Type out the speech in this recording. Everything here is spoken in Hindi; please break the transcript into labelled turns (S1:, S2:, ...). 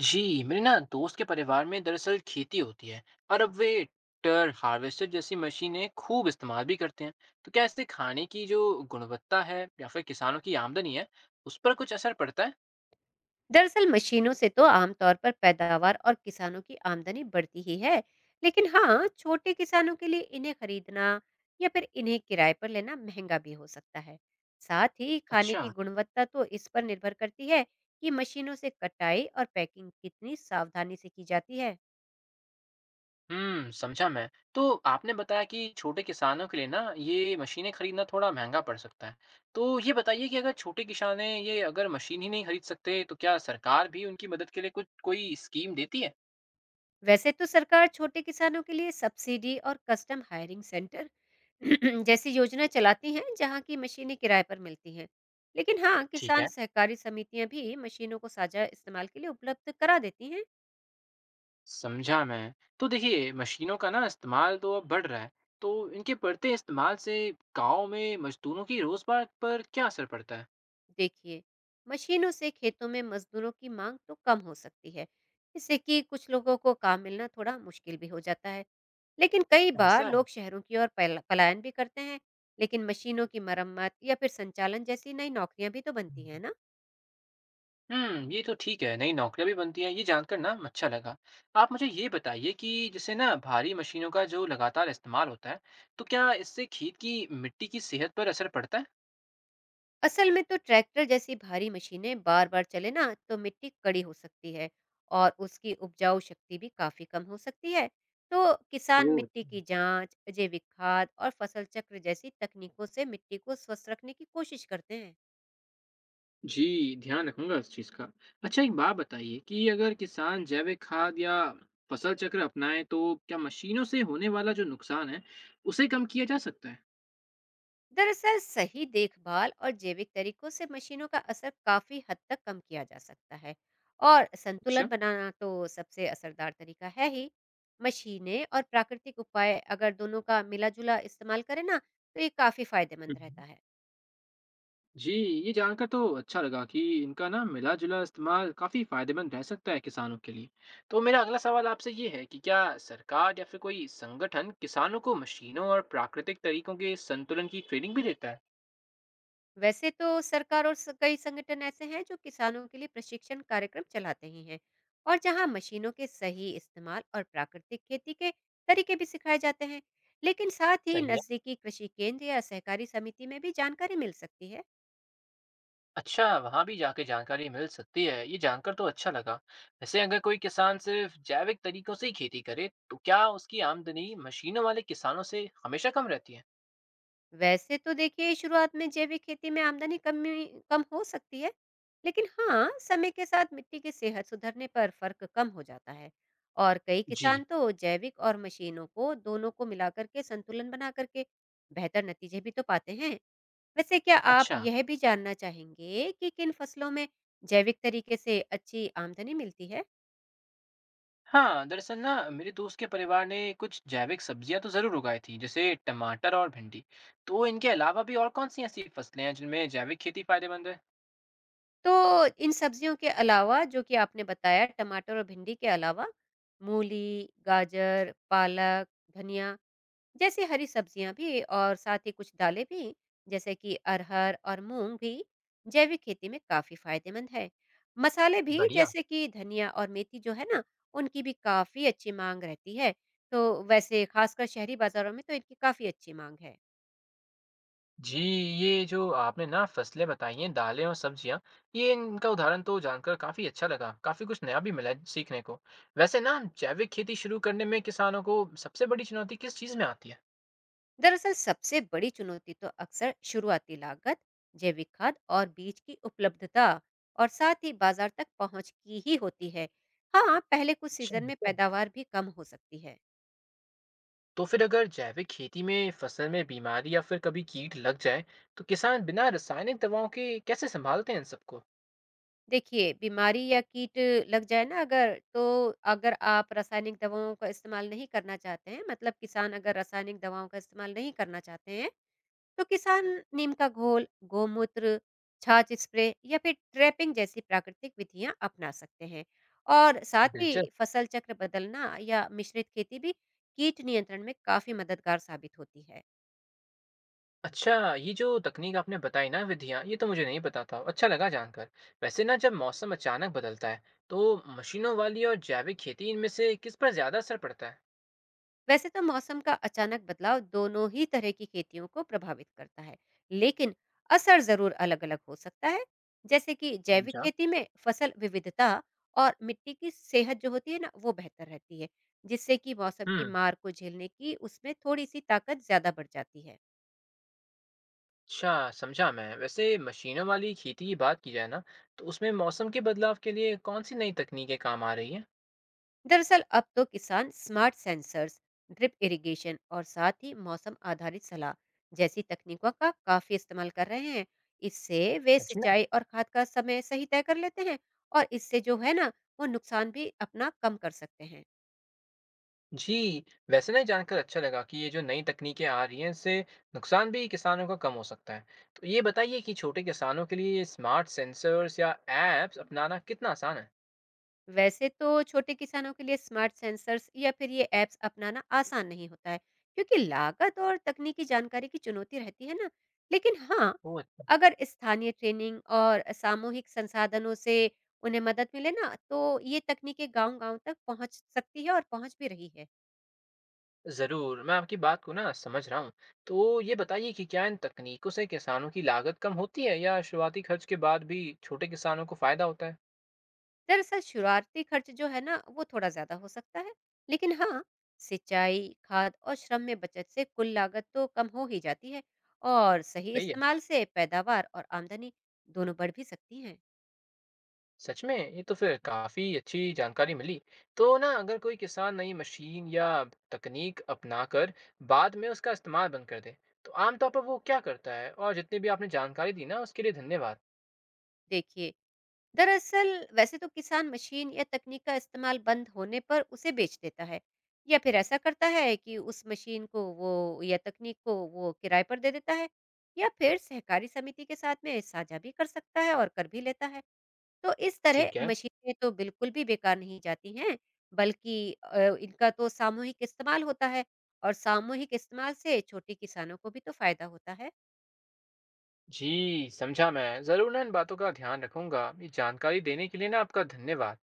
S1: जी मेरे ना दोस्त के परिवार में दरअसल खेती होती है और अब वे ट्रैक्टर हार्वेस्टर जैसी मशीनें खूब इस्तेमाल भी करते हैं। तो क्या इससे खाने की जो गुणवत्ता है या फिर किसानों की आमदनी है उस पर कुछ असर पड़ता है?
S2: दरअसल मशीनों से तो आमतौर पर पैदावार और किसानों की आमदनी बढ़ती ही है। लेकिन हाँ, छोटे किसानों के लिए इन्हें खरीदना या फिर इन्हें किराए पर लेना महंगा भी हो सकता है। साथ ही खाने
S1: अच्छा।
S2: की गुणवत्ता तो इस पर निर्भर करती है कि मशीनों से कटाई और पैकिंग कितनी सावधानी से की जाती है।
S1: हम्म, समझा मैं। तो आपने बताया कि छोटे किसानों के लिए ना ये मशीनें खरीदना थोड़ा महंगा पड़ सकता है। तो ये बताइए कि अगर छोटे किसान हैं, ये अगर मशीन ही नहीं खरीद सकते तो क्या सरकार भी उनकी मदद के लिए कुछ कोई स्कीम देती है?
S2: वैसे तो सरकार छोटे किसानों के लिए सब्सिडी और कस्टम हायरिंग सेंटर जैसी योजना चलाती हैं, जहां की मशीनें किराए पर मिलती हैं। लेकिन हाँ,
S1: ठीक
S2: किसान
S1: है,
S2: सहकारी समितियां भी मशीनों को साझा इस्तेमाल के लिए उपलब्ध करा देती हैं।
S1: समझा मैं। तो देखिए, मशीनों का ना इस्तेमाल तो अब बढ़ रहा है, तो इनके बढ़ते इस्तेमाल से गाँव में मज़दूरों की रोज़गार पर क्या असर पड़ता है?
S2: देखिए, मशीनों से खेतों में मजदूरों की मांग तो कम हो सकती है। इससे कि कुछ लोगों को काम मिलना थोड़ा मुश्किल भी हो जाता है। लेकिन कई बार
S1: ऐसा है।
S2: लोग शहरों की ओर पलायन भी करते हैं। लेकिन मशीनों की मरम्मत या फिर संचालन जैसी नई नौकरियां भी तो बनती हैं ना।
S1: हुँ, ये तो ठीक है, नई नौकरियाँ भी बनती हैं, ये जानकर ना अच्छा लगा। आप मुझे ये बताइए कि जैसे ना भारी मशीनों का जो लगातार इस्तेमाल होता है, तो क्या इससे खेत की मिट्टी की सेहत पर असर पड़ता है?
S2: असल में तो ट्रैक्टर जैसी भारी मशीनें बार बार चले ना तो मिट्टी कड़ी हो सकती है, और उसकी उपजाऊ शक्ति भी काफी कम हो सकती है। तो किसान
S1: ओह!
S2: मिट्टी की जांच, जैविक खाद और फसल चक्र जैसी तकनीकों से मिट्टी को स्वस्थ रखने की कोशिश करते हैं।
S1: जी, ध्यान रखूँगा इस चीज़ का। अच्छा, एक बात बताइए कि अगर किसान जैविक खाद या फसल चक्र अपनाएँ तो क्या मशीनों से होने वाला जो नुकसान है, उसे कम किया जा सकता है?
S2: दरअसल सही देखभाल और जैविक तरीकों से मशीनों का असर काफी हद तक कम किया जा सकता है, और
S1: अच्छा।
S2: संतुलन बनाना तो सबसे असरदार तरीका है ही। मशीनें और प्राकृतिक उपाय, अगर दोनों का मिला जुला इस्तेमाल करें ना, तो ये काफी
S1: हुँ।
S2: फायदेमंद रहता है।
S1: जी, ये जानकर तो अच्छा लगा कि इनका ना मिला-जुला इस्तेमाल काफ़ी फ़ायदेमंद रह सकता है किसानों के लिए। तो मेरा अगला सवाल आपसे ये है कि क्या सरकार या फिर कोई संगठन किसानों को मशीनों और प्राकृतिक तरीकों के संतुलन की ट्रेनिंग भी देता है?
S2: वैसे तो सरकार और कई संगठन ऐसे हैं जो किसानों के लिए प्रशिक्षण कार्यक्रम चलाते ही हैं, और जहां मशीनों के सही इस्तेमाल और प्राकृतिक खेती के तरीके भी सिखाए जाते हैं। लेकिन साथ ही
S1: सही है।
S2: नजदीकी कृषि केंद्र या सहकारी समिति में भी जानकारी मिल सकती है।
S1: अच्छा, वहाँ भी जाके जानकारी मिल सकती है। ये जानकर तो अच्छा लगा। वैसे अगर कोई किसान सिर्फ जैविक तरीकों से ही खेती करे, तो क्या उसकी आमदनी मशीनों वाले किसानों से हमेशा कम रहती है?
S2: वैसे तो देखिए, शुरुआत में जैविक खेती में आमदनी कमी कम हो सकती है। लेकिन हाँ, समय के साथ मिट्टी की सेहत सुधरने पर फर्क कम हो जाता है। और कई किसान
S1: जी।
S2: तो जैविक और मशीनों को, दोनों को मिलाकर के संतुलन बना करके बेहतर नतीजे भी तो पाते हैं। वैसे क्या आप
S1: अच्छा।
S2: यह भी जानना चाहेंगे कि किन फसलों में जैविक तरीके से अच्छी आमदनी मिलती है?
S1: हाँ, दरअसल ना मेरे दोस्त के परिवार ने कुछ जैविक सब्जियां तो जरूर उगाई थी, जैसे टमाटर और भिंडी। तो इनके अलावा भी और कौन सी ऐसी फसलें हैं जिनमें जैविक खेती फायदेमंद है?
S2: तो इन सब्जियों के अलावा, जो कि आपने बताया, टमाटर और भिंडी के अलावा मूली, गाजर, पालक, धनिया जैसी हरी सब्जियाँ भी, और साथ ही कुछ दालें भी, जैसे कि अरहर और मूँग भी जैविक खेती में काफ़ी फ़ायदेमंद है। मसाले भी,
S1: बढ़िया।
S2: जैसे कि धनिया और मेथी, जो है ना, उनकी भी काफ़ी अच्छी माँग रहती है। तो वैसे ख़ासकर शहरी बाज़ारों में तो इनकी काफ़ी अच्छी माँग है।
S1: जी, ये जो आपने ना फसलें बताई हैं, दालें और सब्जियाँ, ये इनका उदाहरण तो जानकर काफ़ी अच्छा लगा। काफ़ी कुछ नया भी मिला है सीखने को। वैसे ना जैविक खेती शुरू करने में किसानों को सबसे बड़ी चुनौती किस चीज़ में आती है?
S2: दरअसल सबसे बड़ी चुनौती तो अक्सर शुरुआती लागत, जैविक खाद और बीज की उपलब्धता, और साथ ही बाजार तक पहुंच की ही होती है। हाँ, पहले कुछ
S1: अच्छा
S2: सीजन में
S1: अच्छा।
S2: पैदावार भी कम हो सकती है।
S1: तो फिर अगर जैविक खेती में फसल में बीमारी या फिर कभी कीट लग जाए, तो किसान बिना रासायनिक दवाओं के कैसे सँभालते हैं इन सबको?
S2: देखिए, बीमारी या कीट लग जाए ना अगर, तो अगर आप रासायनिक दवाओं का इस्तेमाल नहीं करना चाहते हैं, मतलब किसान अगर रासायनिक दवाओं का इस्तेमाल नहीं करना चाहते हैं, तो किसान नीम का घोल, गोमूत्र, छाछ स्प्रे या फिर ट्रैपिंग जैसी प्राकृतिक विधियां अपना सकते हैं। और साथ ही
S1: दिलचस्प।
S2: फसल चक्र बदलना या मिश्रित खेती भी कीट नियंत्रण में काफी मददगार साबित होती है।
S1: अच्छा, ये जो तकनीक आपने बताई ना विधियाँ, ये तो मुझे नहीं पता था। अच्छा लगा जानकर। वैसे ना जब मौसम अचानक बदलता है, तो मशीनों वाली और जैविक खेती इनमें से किस पर ज़्यादा असर पड़ता है?
S2: वैसे तो मौसम का अचानक बदलाव दोनों ही तरह की खेतियों को प्रभावित करता है, लेकिन असर जरूर अलग अलग हो सकता है। जैसे कि जैविक
S1: समझा।
S2: खेती में फसल विविधता और मिट्टी की सेहत, जो होती है ना, वो बेहतर रहती है, जिससे कि मौसम की
S1: हम्म,
S2: मार को झेलने की उसमें थोड़ी सी ताकत ज्यादा बढ़ जाती है।
S1: अच्छा, समझा मैं। वैसे मशीनों वाली खेती की बात की जाए ना, तो उसमें मौसम के बदलाव के लिए कौन सी नई तकनीकें काम आ रही
S2: दरअसल अब तो किसान स्मार्ट सेंसर्स, ड्रिप इरिगेशन और साथ ही मौसम आधारित सलाह जैसी तकनीकों का काफी इस्तेमाल कर रहे हैं। इससे वे
S1: हैं?
S2: सिंचाई और खाद का समय सही तय कर लेते हैं, और इससे जो है ना, वो नुकसान भी अपना कम कर सकते हैं।
S1: जी, वैसे ना ये जानकर अच्छा लगा कि ये जो नई तकनीकें आ रही हैं इससे नुकसान भी किसानों का कम हो सकता है। तो ये बताइए कि छोटे किसानों के लिए ये स्मार्ट सेंसर्स या एप्स अपनाना कितना आसान है?
S2: वैसे तो छोटे किसानों के लिए स्मार्ट सेंसर्स या फिर ये ऐप्स अपनाना आसान नहीं होता है, क्योंकि लागत और तकनीकी जानकारी की चुनौती रहती है ना। लेकिन हाँ,
S1: ओह, अच्छा,
S2: अगर स्थानीय ट्रेनिंग और सामूहिक संसाधनों से उन्हें मदद मिले ना, तो ये तकनीकें गांव-गांव तक पहुंच सकती है, और पहुंच भी रही है।
S1: ज़रूर, मैं आपकी बात को ना समझ रहा हूँ। तो ये बताइए कि क्या इन तकनीकों से किसानों की लागत कम होती है या शुरुआती खर्च के बाद भी छोटे किसानों को फायदा होता है?
S2: दरअसल शुरुआती खर्च जो है ना, वो थोड़ा ज्यादा हो सकता है। लेकिन हाँ, सिंचाई, खाद और श्रम में बचत से कुल लागत तो कम हो ही जाती है, और सही
S1: सही है।
S2: इस्तेमाल से पैदावार और आमदनी दोनों बढ़ भी सकती हैं।
S1: सच में ये तो फिर काफी अच्छी जानकारी मिली। तो ना अगर कोई किसान नई मशीन या तकनीक अपनाकर बाद में उसका इस्तेमाल बंद कर दे तो आमतौर पर वो क्या करता है? और जितनी भी आपने जानकारी दी ना उसके लिए धन्यवाद।
S2: देखिए, दरअसल वैसे तो किसान मशीन या तकनीक का इस्तेमाल बंद होने पर उसे बेच देता है, या फिर ऐसा करता है कि उस मशीन को वो या तकनीक को वो किराए पर दे देता है, या फिर सहकारी समिति के साथ में साझा भी कर सकता है और कर भी लेता है। तो इस तरह
S1: ठीक है।
S2: मशीनें तो बिल्कुल भी बेकार नहीं जाती हैं, बल्कि इनका तो सामूहिक इस्तेमाल होता है, और सामूहिक इस्तेमाल से छोटे किसानों को भी तो फायदा होता है।
S1: जी, समझा मैं, जरूर ना इन बातों का ध्यान रखूंगा। ये जानकारी देने के लिए ना आपका धन्यवाद।